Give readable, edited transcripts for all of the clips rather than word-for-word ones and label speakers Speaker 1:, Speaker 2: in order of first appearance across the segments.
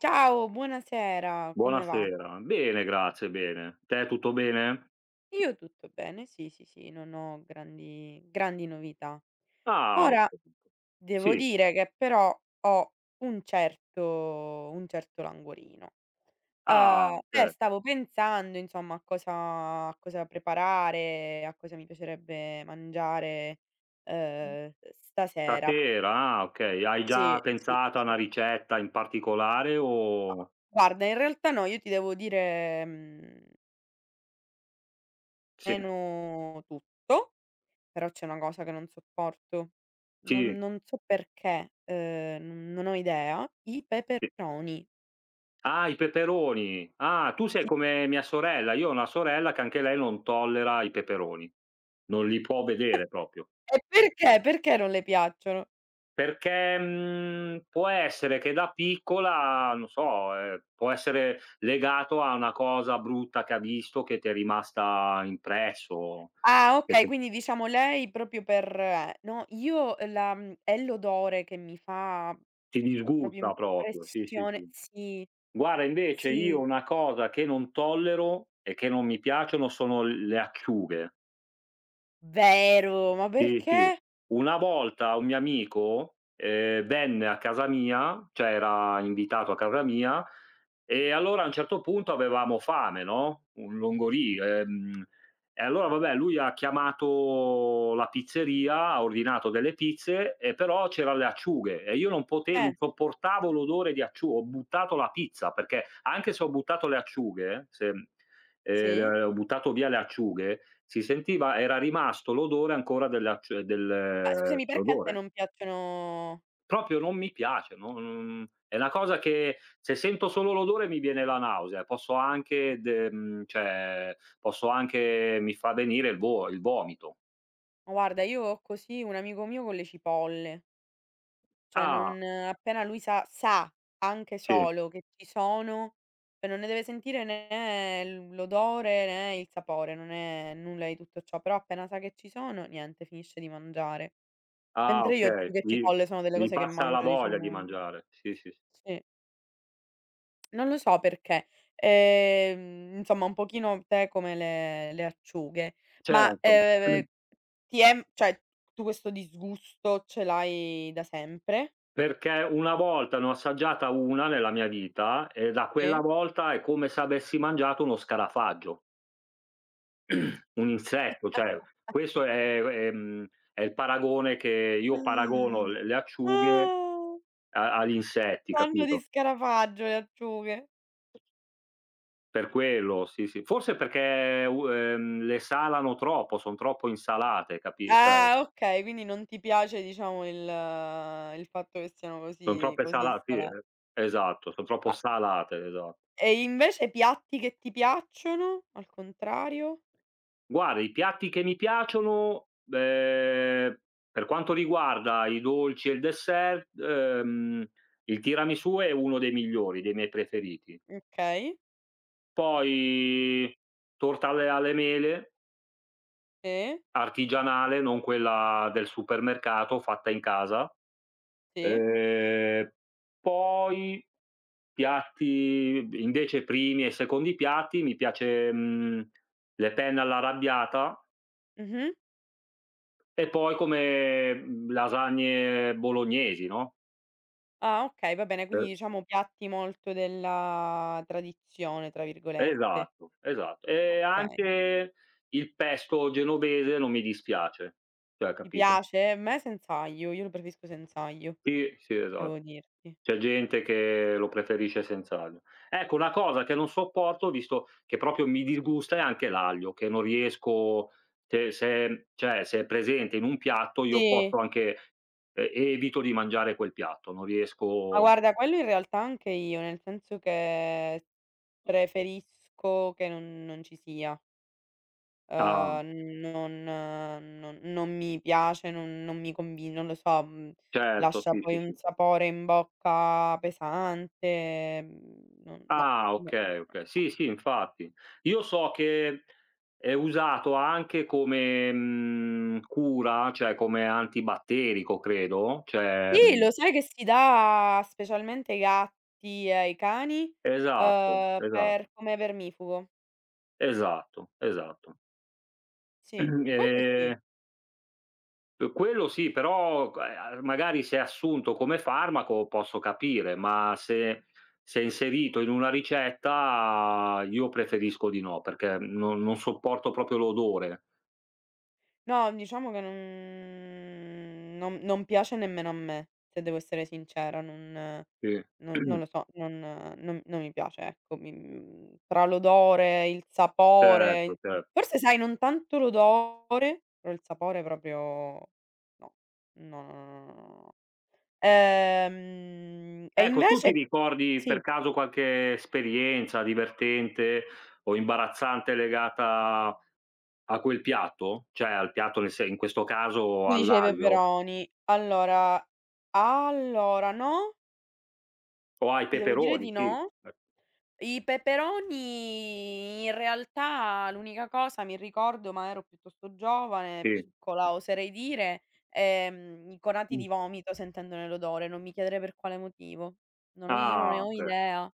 Speaker 1: Ciao, buonasera, come va?
Speaker 2: Buonasera. Bene, grazie, bene. Te tutto bene?
Speaker 1: Io tutto bene, sì, sì, sì, non ho grandi grandi novità.
Speaker 2: Ah,
Speaker 1: Ora,
Speaker 2: okay.
Speaker 1: devo
Speaker 2: Sì.
Speaker 1: dire che però ho un certo languorino.
Speaker 2: Ah, okay.
Speaker 1: Stavo pensando, insomma, a cosa preparare, a cosa mi piacerebbe mangiare, stasera.
Speaker 2: Stasera, ah, okay. Hai già
Speaker 1: Sì, sì,
Speaker 2: pensato a
Speaker 1: sì.
Speaker 2: una ricetta in particolare
Speaker 1: Ma
Speaker 2: o
Speaker 1: guarda, in realtà no, io ti devo dire,
Speaker 2: sì,
Speaker 1: meno tutto. Però c'è una cosa che non sopporto, non
Speaker 2: sì,
Speaker 1: non so perché, non ho idea, i
Speaker 2: sì.
Speaker 1: peperoni.
Speaker 2: Ah, i peperoni. Ah, tu sei
Speaker 1: Sì.
Speaker 2: come mia sorella. Io ho una sorella che anche lei non tollera i peperoni. Non li può vedere proprio.
Speaker 1: E perché? Perché non le piacciono?
Speaker 2: Perché, può essere che da piccola, non so, può essere legato a una cosa brutta che ha visto che ti è rimasta impresso,
Speaker 1: Ah,
Speaker 2: che
Speaker 1: okay,
Speaker 2: che
Speaker 1: quindi diciamo lei proprio per no, io la, è l'odore che mi fa
Speaker 2: ti
Speaker 1: proprio
Speaker 2: disgusta proprio. Sì, sì,
Speaker 1: impressione,
Speaker 2: sì.
Speaker 1: sì,
Speaker 2: Guarda invece io
Speaker 1: sì,
Speaker 2: una cosa che non tollero e che non mi piacciono sono le acciughe.
Speaker 1: vero, ma
Speaker 2: Sì, sì.
Speaker 1: perché?
Speaker 2: Una volta un mio amico, venne a casa mia, cioè era invitato a casa mia, e allora a un certo punto avevamo fame, no, un longorì, e allora vabbè lui ha chiamato la pizzeria, ha ordinato delle pizze e però c'eran le acciughe e io non
Speaker 1: Eh.
Speaker 2: sopportavo l'odore di acciu ho buttato la pizza, perché anche se ho buttato le acciughe, se
Speaker 1: Sì.
Speaker 2: Ho buttato via le acciughe, si sentiva era rimasto l'odore ancora del
Speaker 1: Ma scusami, perché a te
Speaker 2: l'odore.
Speaker 1: non piacciono?
Speaker 2: Proprio non mi piace, no, non è una cosa che se sento solo l'odore mi viene la nausea, posso anche cioè posso anche mi fa venire il vo il vomito.
Speaker 1: Ma guarda, io ho così un amico mio con le cipolle. Cioè
Speaker 2: Ah,
Speaker 1: non appena lui sa, anche
Speaker 2: sì.
Speaker 1: solo che ci sono, cioè non ne deve sentire né l'odore né il sapore, non è nulla di tutto ciò, però appena sa che ci sono, niente, finisce di mangiare.
Speaker 2: Ah,
Speaker 1: Mentre io
Speaker 2: okay.
Speaker 1: acciughe e
Speaker 2: Vi
Speaker 1: cipolle sono delle
Speaker 2: vi
Speaker 1: cose che
Speaker 2: passa la
Speaker 1: mangio,
Speaker 2: voglia di
Speaker 1: diciamo,
Speaker 2: mangiare. Sì, sì, sì.
Speaker 1: sì, non lo so perché. Insomma, un pochino te come le acciughe, ma,
Speaker 2: Certo.
Speaker 1: ti è, cioè, tu questo disgusto ce l'hai da sempre?
Speaker 2: Perché una volta ne ho assaggiata una nella mia vita e da quella
Speaker 1: Sì?
Speaker 2: volta è come se avessi mangiato uno scarafaggio, un insetto, cioè questo è il paragone che io paragono
Speaker 1: Ah.
Speaker 2: le acciughe
Speaker 1: Ah,
Speaker 2: a agli insetti,
Speaker 1: fanno di
Speaker 2: capito?
Speaker 1: scarafaggio le acciughe.
Speaker 2: Per quello, sì, sì. Forse perché u le salano troppo, son troppo insalate, capi cioè
Speaker 1: Ah, okay, quindi non ti piace, diciamo, il fatto che siano
Speaker 2: son
Speaker 1: così
Speaker 2: troppe
Speaker 1: così
Speaker 2: sala sì,
Speaker 1: salate.
Speaker 2: esatto, son troppo
Speaker 1: Ma
Speaker 2: salate, esa
Speaker 1: e invece piatti che ti piacciono, al contrario?
Speaker 2: Guarda, i piatti che mi piacciono, per quanto riguarda i dolci e il dessert, il tiramisù è uno dei migliori, dei miei preferiti.
Speaker 1: Okay,
Speaker 2: Poi torta alle mele,
Speaker 1: sì,
Speaker 2: artigianale, non quella del supermercato, fatta in casa.
Speaker 1: sì.
Speaker 2: Ehm, Poi piatti invece primi e secondi piatti, mi piace, le penne all'arrabbiata.
Speaker 1: Mh-mh.
Speaker 2: E poi come lasagne bolognesi, no.
Speaker 1: Ah, okay, va bene, quindi
Speaker 2: Eh.
Speaker 1: diciamo piatti molto della "tradizione", tra virgolette.
Speaker 2: Esatto, esatto. E
Speaker 1: Okay.
Speaker 2: anche il pesto genovese non mi dispiace, cioè
Speaker 1: Ti
Speaker 2: capito?
Speaker 1: piace? A me senz'aglio, io lo preferisco senz'aglio,
Speaker 2: Sì, sì, esatto.
Speaker 1: devo dirti.
Speaker 2: C'è gente che lo preferisce senz'aglio. Ecco, una cosa che non sopporto, visto che proprio mi disgusta, è anche l'aglio, che non riesco che se cioè se è presente in un piatto io
Speaker 1: Sì.
Speaker 2: posso anche e evito di mangiare quel piatto, non
Speaker 1: Ma
Speaker 2: riesco
Speaker 1: guarda, quello in realtà anche io, nel senso che preferisco che non ci sia.
Speaker 2: a
Speaker 1: Non, non mi piace, non non mi convin non lo so,
Speaker 2: certo,
Speaker 1: lascia
Speaker 2: sì,
Speaker 1: poi
Speaker 2: sì,
Speaker 1: un
Speaker 2: sì.
Speaker 1: sapore in bocca pesante, non no,
Speaker 2: Ah,
Speaker 1: no, no,
Speaker 2: okay, okay.
Speaker 1: no.
Speaker 2: Sì, sì, infatti. Io so che è usato anche come, cura, cioè come antibatterico credo, cioè
Speaker 1: Sì,
Speaker 2: mhmm
Speaker 1: lo sai che si dà specialmente ai gatti e ai cani,
Speaker 2: esatto, esatto,
Speaker 1: per, come, vermifugo.
Speaker 2: esatto, esatto.
Speaker 1: Sì, quello sì.
Speaker 2: Ehm, p Quello sì, però q magari se è assunto come farmaco posso capire, ma se è inserito in una ricetta io preferisco di no, perché non sopporto proprio l'odore.
Speaker 1: No, diciamo che non piace nemmeno a me, se devo essere sincera, non
Speaker 2: Sì.
Speaker 1: non non lo so, non mi piace, ecco. Tra l'odore, il sapore,
Speaker 2: Certo, cer
Speaker 1: forse sai, non tanto l'odore, però il sapore proprio no, no, no, no, no, no, no. E
Speaker 2: ecco, tu ti
Speaker 1: invece,
Speaker 2: ricordi per
Speaker 1: sì,
Speaker 2: caso qualche esperienza divertente o imbarazzante legata a quel piatto? Cioè al piatto nel se in questo
Speaker 1: tu
Speaker 2: caso
Speaker 1: dici, ai
Speaker 2: all'aglio?
Speaker 1: peperoni? Allora no,
Speaker 2: O ai
Speaker 1: ti devo dire
Speaker 2: peperoni,
Speaker 1: di
Speaker 2: sì.
Speaker 1: no.
Speaker 2: Eh,
Speaker 1: I peperoni, in realtà l'unica cosa mi ricordo, ma ero piuttosto giovane,
Speaker 2: sì, sì.
Speaker 1: piccola oserei dire, i conati
Speaker 2: Mh.
Speaker 1: di vomito sentendone l'odore, non mi chiedere per quale motivo. Non ho Io non ne
Speaker 2: Ah,
Speaker 1: ho
Speaker 2: okay.
Speaker 1: idea.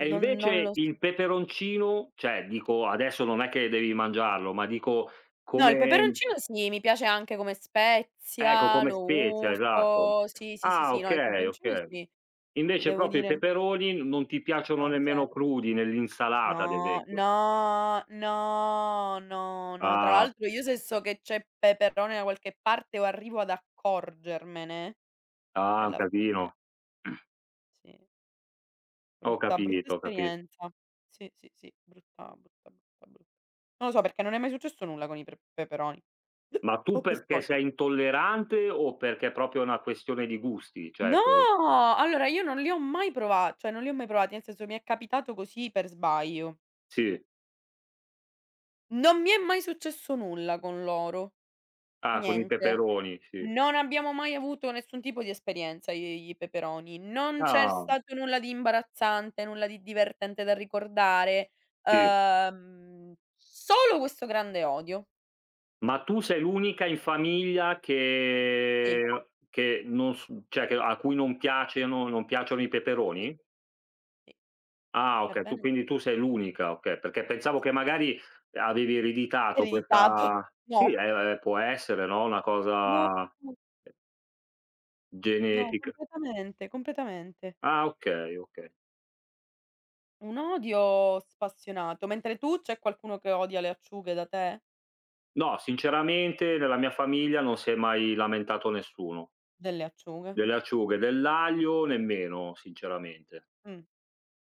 Speaker 2: E
Speaker 1: non
Speaker 2: invece
Speaker 1: lo so.
Speaker 2: il peperoncino, cioè dico adesso non è che devi mangiarlo, ma dico
Speaker 1: No, il
Speaker 2: come
Speaker 1: peperoncino sì, mi piace anche come
Speaker 2: ecco,
Speaker 1: spezia,
Speaker 2: come
Speaker 1: lo
Speaker 2: spezia, esatto.
Speaker 1: uso. Sì, sì, sì,
Speaker 2: Ah,
Speaker 1: sì, no, il
Speaker 2: okay,
Speaker 1: peperoncino
Speaker 2: okay.
Speaker 1: sì, ti
Speaker 2: Invece
Speaker 1: devo
Speaker 2: proprio i
Speaker 1: dire
Speaker 2: peperoni n non ti piacciono
Speaker 1: no, zero.
Speaker 2: nemmeno crudi nell'insalata, ad
Speaker 1: No,
Speaker 2: esempio.
Speaker 1: no, no, no, no. Tra
Speaker 2: Ah,
Speaker 1: l'altro, io se so che c'è peperone da qualche parte o arrivo ad accorgermene,
Speaker 2: ah,
Speaker 1: è
Speaker 2: un
Speaker 1: la fine.
Speaker 2: casino.
Speaker 1: Sì,
Speaker 2: Ho
Speaker 1: brutta brutta
Speaker 2: capito, ho capito.
Speaker 1: esperienza. Sì, sì, sì, brutta, brutta, brutta, brutta. Non lo so perché, non è mai successo nulla con i pre peperoni.
Speaker 2: Ma tu
Speaker 1: Ho
Speaker 2: perché
Speaker 1: quest'odio.
Speaker 2: sei intollerante o perché è proprio una questione di gusti? Cioè che
Speaker 1: No! Allora io non li ho mai prova cioè non li ho mai provati, nel senso mi è capitato così per sbaglio.
Speaker 2: sì.
Speaker 1: Non mi è mai successo nulla con loro,
Speaker 2: Ah, con i
Speaker 1: niente.
Speaker 2: peperoni, sì.
Speaker 1: Non abbiamo mai avuto nessun tipo di esperienza, io e i peperoni. Non c'è
Speaker 2: Ah,
Speaker 1: stato nulla di imbarazzante, nulla di divertente da ricordare,
Speaker 2: sì.
Speaker 1: solo questo grande odio.
Speaker 2: Ma tu sei l'unica in famiglia
Speaker 1: Sì,
Speaker 2: che non s cioè che a cui non piacciono i
Speaker 1: sì,
Speaker 2: peperoni?
Speaker 1: sì,
Speaker 2: Ah, okay, tu
Speaker 1: ebbene
Speaker 2: quindi
Speaker 1: sì.
Speaker 2: tu sei l'unica, okay, perché pensavo che magari avevi ereditato
Speaker 1: Ereditato.
Speaker 2: questa. Sì,
Speaker 1: No,
Speaker 2: può essere, no, una
Speaker 1: no,
Speaker 2: cosa
Speaker 1: no,
Speaker 2: genetica.
Speaker 1: completamente, completamente.
Speaker 2: Ah, okay, okay.
Speaker 1: Un odio spassionato. Mentre tu, c'è qualcuno che odia le acciughe da te?
Speaker 2: No, sinceramente nella mia famiglia non si è mai lamentato nessuno.
Speaker 1: Delle acciughe?
Speaker 2: Delle acciughe, dell'aglio nemmeno, sinceramente.
Speaker 1: Mh.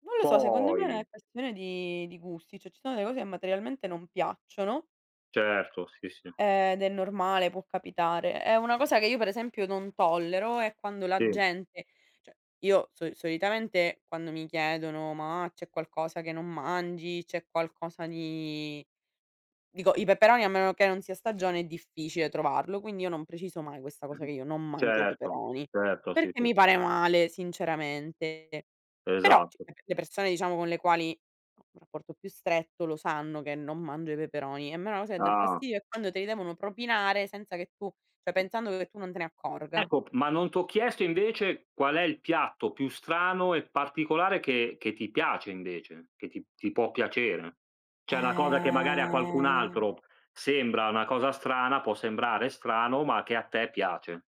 Speaker 1: Non lo so, secondo me
Speaker 2: Poi
Speaker 1: è questione di gusti, cioè ci sono delle cose che materialmente non piacciono,
Speaker 2: certo, sì, sì,
Speaker 1: ed è normale, può capitare. È una cosa che io per esempio non tollero è quando la
Speaker 2: sì.
Speaker 1: gente, cioè, io so, solitamente quando mi chiedono: "Ma c'è qualcosa che non mangi? C'è qualcosa di". Dico i peperoni, a meno che non sia stagione è difficile trovarlo, quindi io non preciso mai questa cosa che io non mangio i
Speaker 2: Certo,
Speaker 1: peperoni,
Speaker 2: certo, sì,
Speaker 1: perché
Speaker 2: sì,
Speaker 1: mi pare male sinceramente. Però c
Speaker 2: esatto.
Speaker 1: le persone, diciamo, con le quali ho un rapporto più stretto, lo sanno che non mangio i peperoni. A me una cosa che dà
Speaker 2: Ah.
Speaker 1: fastidio è quando te li devono propinare senza che tu, cioè, pensando che tu non te ne accorga.
Speaker 2: Ecco, ma non t'ho chiesto invece qual è il piatto più strano e particolare che ti piace invece, che ti può piacere. Cioè una cosa che magari a qualcun
Speaker 1: Eh.
Speaker 2: altro sembra una cosa strana, può sembrare strano, ma che a te piace.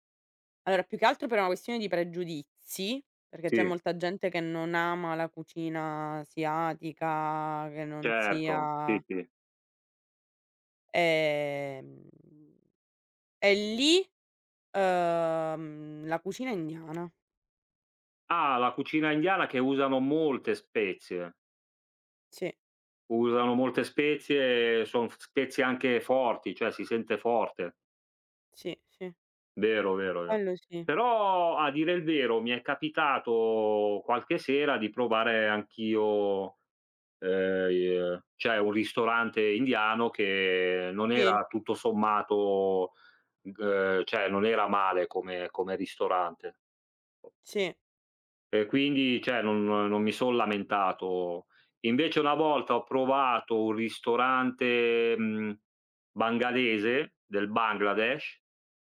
Speaker 1: Allora, più che altro per una questione di pregiudizi, perché
Speaker 2: Sì,
Speaker 1: c'è molta gente che non ama la cucina asiatica, che non
Speaker 2: certo,
Speaker 1: sia,
Speaker 2: sì, sì.
Speaker 1: ehm, e lì, la cucina indiana.
Speaker 2: Ah, la cucina indiana che
Speaker 1: Sì,
Speaker 2: usano molte spezie, son f spezie anche forti, cioè si sente forte.
Speaker 1: sì, sì,
Speaker 2: Vero, vero, vero.
Speaker 1: quello sì.
Speaker 2: Però a dire il vero mi è capitato qualche sera di provare anch'io, i cioè un ristorante indiano che non
Speaker 1: Sì,
Speaker 2: era tutto sommato g cioè non era male come ristorante.
Speaker 1: sì,
Speaker 2: E quindi, cioè, non mi son lamentato. Invece una volta ho provato un ristorante, bangladese, del Bangladesh,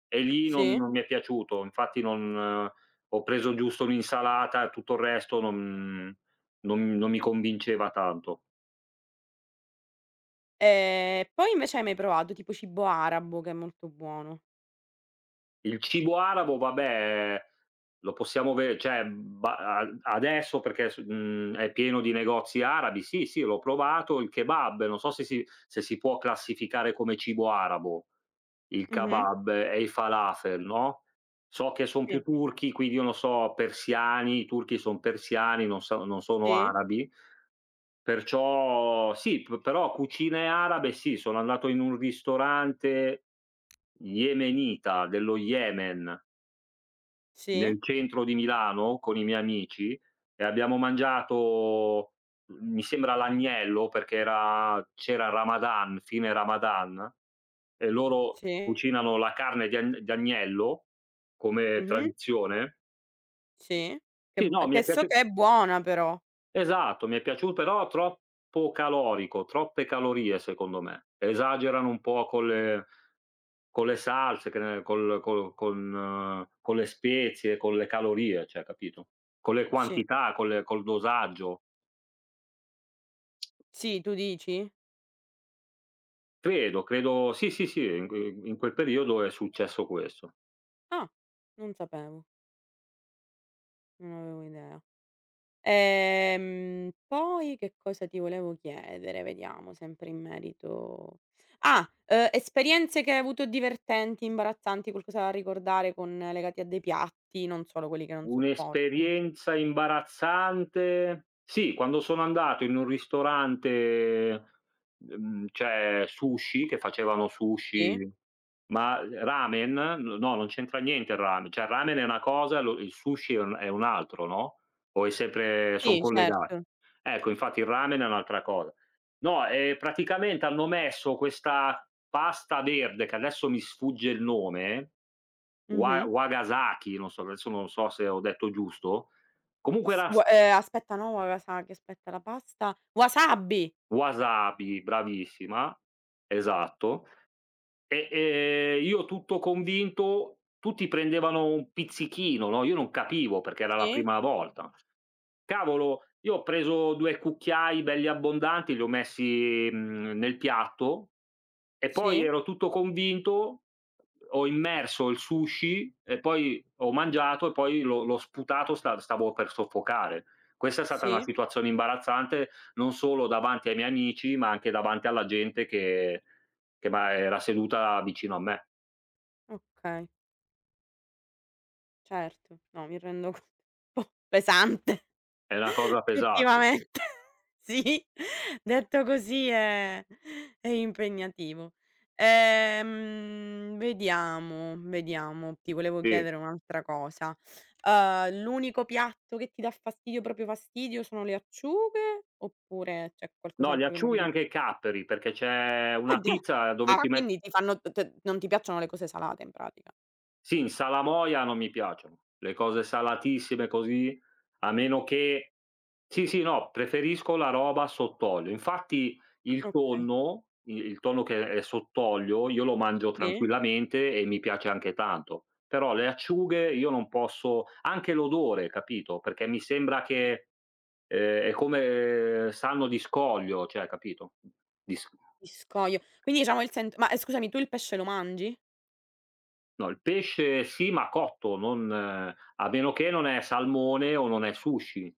Speaker 2: e lì non
Speaker 1: sì.
Speaker 2: non mi è piaciuto. Infatti non ho preso giusto un'insalata e tutto il resto non mi convinceva tanto.
Speaker 1: Poi invece, hai mai provato tipo cibo arabo che è molto buono?
Speaker 2: Il cibo arabo vabbè, lo possiamo ve cioè, ba a adesso perché è pieno di negozi arabi. Sì, sì, l'ho provato, il kebab, non so se si può classificare come cibo arabo, il
Speaker 1: Mh-mh.
Speaker 2: kebab e i falafel, no, so che son
Speaker 1: Sì,
Speaker 2: più turchi, quindi io non so, persiani, i turchi son persiani, non so non sono
Speaker 1: sì,
Speaker 2: arabi, perciò sì, p però cucine arabe sì, sono andato in un ristorante yemenita, dello Yemen
Speaker 1: sì,
Speaker 2: nel centro di Milano con i miei amici e abbiamo mangiato, mi sembra l'agnello perché era c'era Ramadan, fine Ramadan, e loro
Speaker 1: sì.
Speaker 2: cucinano la carne di agn di agnello come
Speaker 1: Mh-mh.
Speaker 2: tradizione.
Speaker 1: Sì.
Speaker 2: Sì, no, mi
Speaker 1: Che
Speaker 2: è
Speaker 1: so
Speaker 2: piaciu
Speaker 1: che è buona, però.
Speaker 2: esatto, mi è piaciu però troppo calorico, troppe calorie secondo me. Esagerano un po' con le salse, che ne col col con le spezie, con le calorie, cioè capito? Con le
Speaker 1: Sì.
Speaker 2: quantità, con le col dosaggio.
Speaker 1: Sì, tu dici?
Speaker 2: Credo, credo sì, sì, sì, in quel periodo è successo questo.
Speaker 1: Ah, non sapevo, non avevo idea. Poi che cosa ti volevo chiedere? Vediamo, sempre in merito, ah, esperienze che hai avuto divertenti, imbarazzanti, qualcosa da ricordare, con legati a dei piatti, non solo quelli che non sopporti.
Speaker 2: Un'esperienza imbarazzante? Sì, quando sono andato in un ristorante, cioè sushi, che facevano
Speaker 1: Sì?
Speaker 2: sushi ma ramen? N No, non c'entra niente il ramen, cioè il ramen è una cosa, lo il sushi è un altro, no, o è sempre son
Speaker 1: Sì,
Speaker 2: collega
Speaker 1: certo.
Speaker 2: ecco, infatti il ramen è un'altra cosa. No, praticamente hanno messo questa pasta verde, che adesso mi sfugge il nome, wa
Speaker 1: Mh-mh.
Speaker 2: wagasaki, non so, adesso non so se ho detto giusto, comunque
Speaker 1: S
Speaker 2: era
Speaker 1: vu
Speaker 2: s
Speaker 1: aspetta, no, wasabi, aspetta, la pasta wasabi!
Speaker 2: wasabi, bravissima, esatto. E, io tutto convinto tutti prendevano un pizzichino, no, io non capivo perché era la
Speaker 1: Sì,
Speaker 2: prima volta. Cavolo, io ho preso due cucchiai belli abbondanti, li ho messi, nel piatto e poi
Speaker 1: sì,
Speaker 2: ero tutto convinto, ho immerso il sushi e poi ho mangiato e poi l'ho sputato, stavo per soffocare. Questa è stata una
Speaker 1: sì,
Speaker 2: situazione imbarazzante, non solo davanti ai miei amici, ma anche davanti alla gente che ma era seduta vicino a me.
Speaker 1: okay. Certo, no, mi rendo conto. Un po' pesante
Speaker 2: È una cosa pesante,
Speaker 1: effettivamente. Sì, detto così è impegnativo. Vediamo, vediamo, ti volevo
Speaker 2: sì.
Speaker 1: chiedere un'altra cosa. L'unico piatto che ti dà fastidio, proprio fastidio, sono le acciughe oppure c'è
Speaker 2: No, gli
Speaker 1: qualcos'altro che
Speaker 2: acciui
Speaker 1: magari.
Speaker 2: anche i capperi, perché c'è
Speaker 1: Ah,
Speaker 2: una
Speaker 1: già!
Speaker 2: pizza
Speaker 1: Ah,
Speaker 2: dove
Speaker 1: Fa
Speaker 2: ci met
Speaker 1: quindi ti fanno, t t non ti piacciono le cose salate in pratica.
Speaker 2: Sì, in salamoia non mi piacciono. Le cose salatissime così, a meno che sì, sì, no, preferisco la roba sott'olio. Infatti il
Speaker 1: Okay,
Speaker 2: tonno i il tonno che è sott'olio, io lo mangio
Speaker 1: sì.
Speaker 2: tranquillamente e mi piace anche tanto. Però le acciughe io non posso anche l'odore, capito, perché mi sembra che, è come sanno di scoglio, cioè capito? Di s
Speaker 1: Di scoglio. Quindi diciamo scusami, tu il pesce lo mangi?
Speaker 2: No, il pesce sì, ma cotto, non a meno che non è salmone o non è sushi.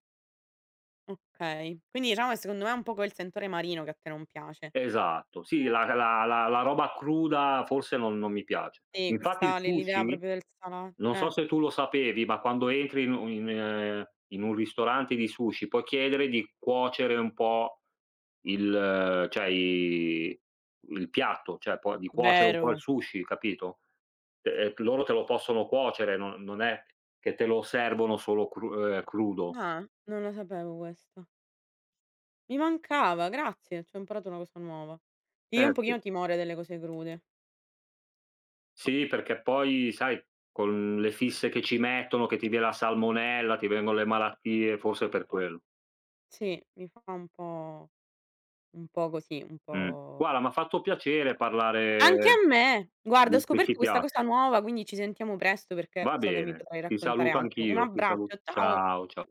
Speaker 1: Okay. Quindi diciamo che, secondo me, è un po' quel sentore marino che a te non piace.
Speaker 2: Esatto, sì, la roba cruda forse non mi piace.
Speaker 1: Sì,
Speaker 2: Infatti
Speaker 1: questa
Speaker 2: il
Speaker 1: l'idea
Speaker 2: sushi,
Speaker 1: proprio del sala
Speaker 2: non so
Speaker 1: eh.
Speaker 2: se tu lo sapevi, ma quando entri in un ristorante di sushi puoi chiedere di cuocere un po'. Il cioè i il piatto, cioè poi di cuocere un po' il
Speaker 1: Vero.
Speaker 2: sushi, capito? Loro te lo possono cuocere, non è che te lo servono solo crudo.
Speaker 1: Ah, non lo sapevo questa. Mi mancava, grazie, c'ho imparato una cosa nuova. Io ho
Speaker 2: Eh
Speaker 1: un
Speaker 2: sì.
Speaker 1: pochino timore delle cose crude.
Speaker 2: Sì, perché poi sai con le fisse che ci mettono, che ti viene la salmonella, ti vengono le malattie, forse per quello.
Speaker 1: Sì, mi fa un po' così, un
Speaker 2: Mh.
Speaker 1: po',
Speaker 2: Guarda, m'ha fatto piacere
Speaker 1: anche
Speaker 2: parlare
Speaker 1: a me. Guarda, ho
Speaker 2: di
Speaker 1: scoperto
Speaker 2: questi
Speaker 1: questa
Speaker 2: piatti.
Speaker 1: cosa nuova, quindi ci sentiamo presto perché
Speaker 2: Va
Speaker 1: so che mi
Speaker 2: bene,
Speaker 1: potrai
Speaker 2: ti
Speaker 1: raccontare
Speaker 2: saluto
Speaker 1: altro. Un
Speaker 2: anch'io, ti saluto.
Speaker 1: abbraccio, ciao.
Speaker 2: Ciao, cia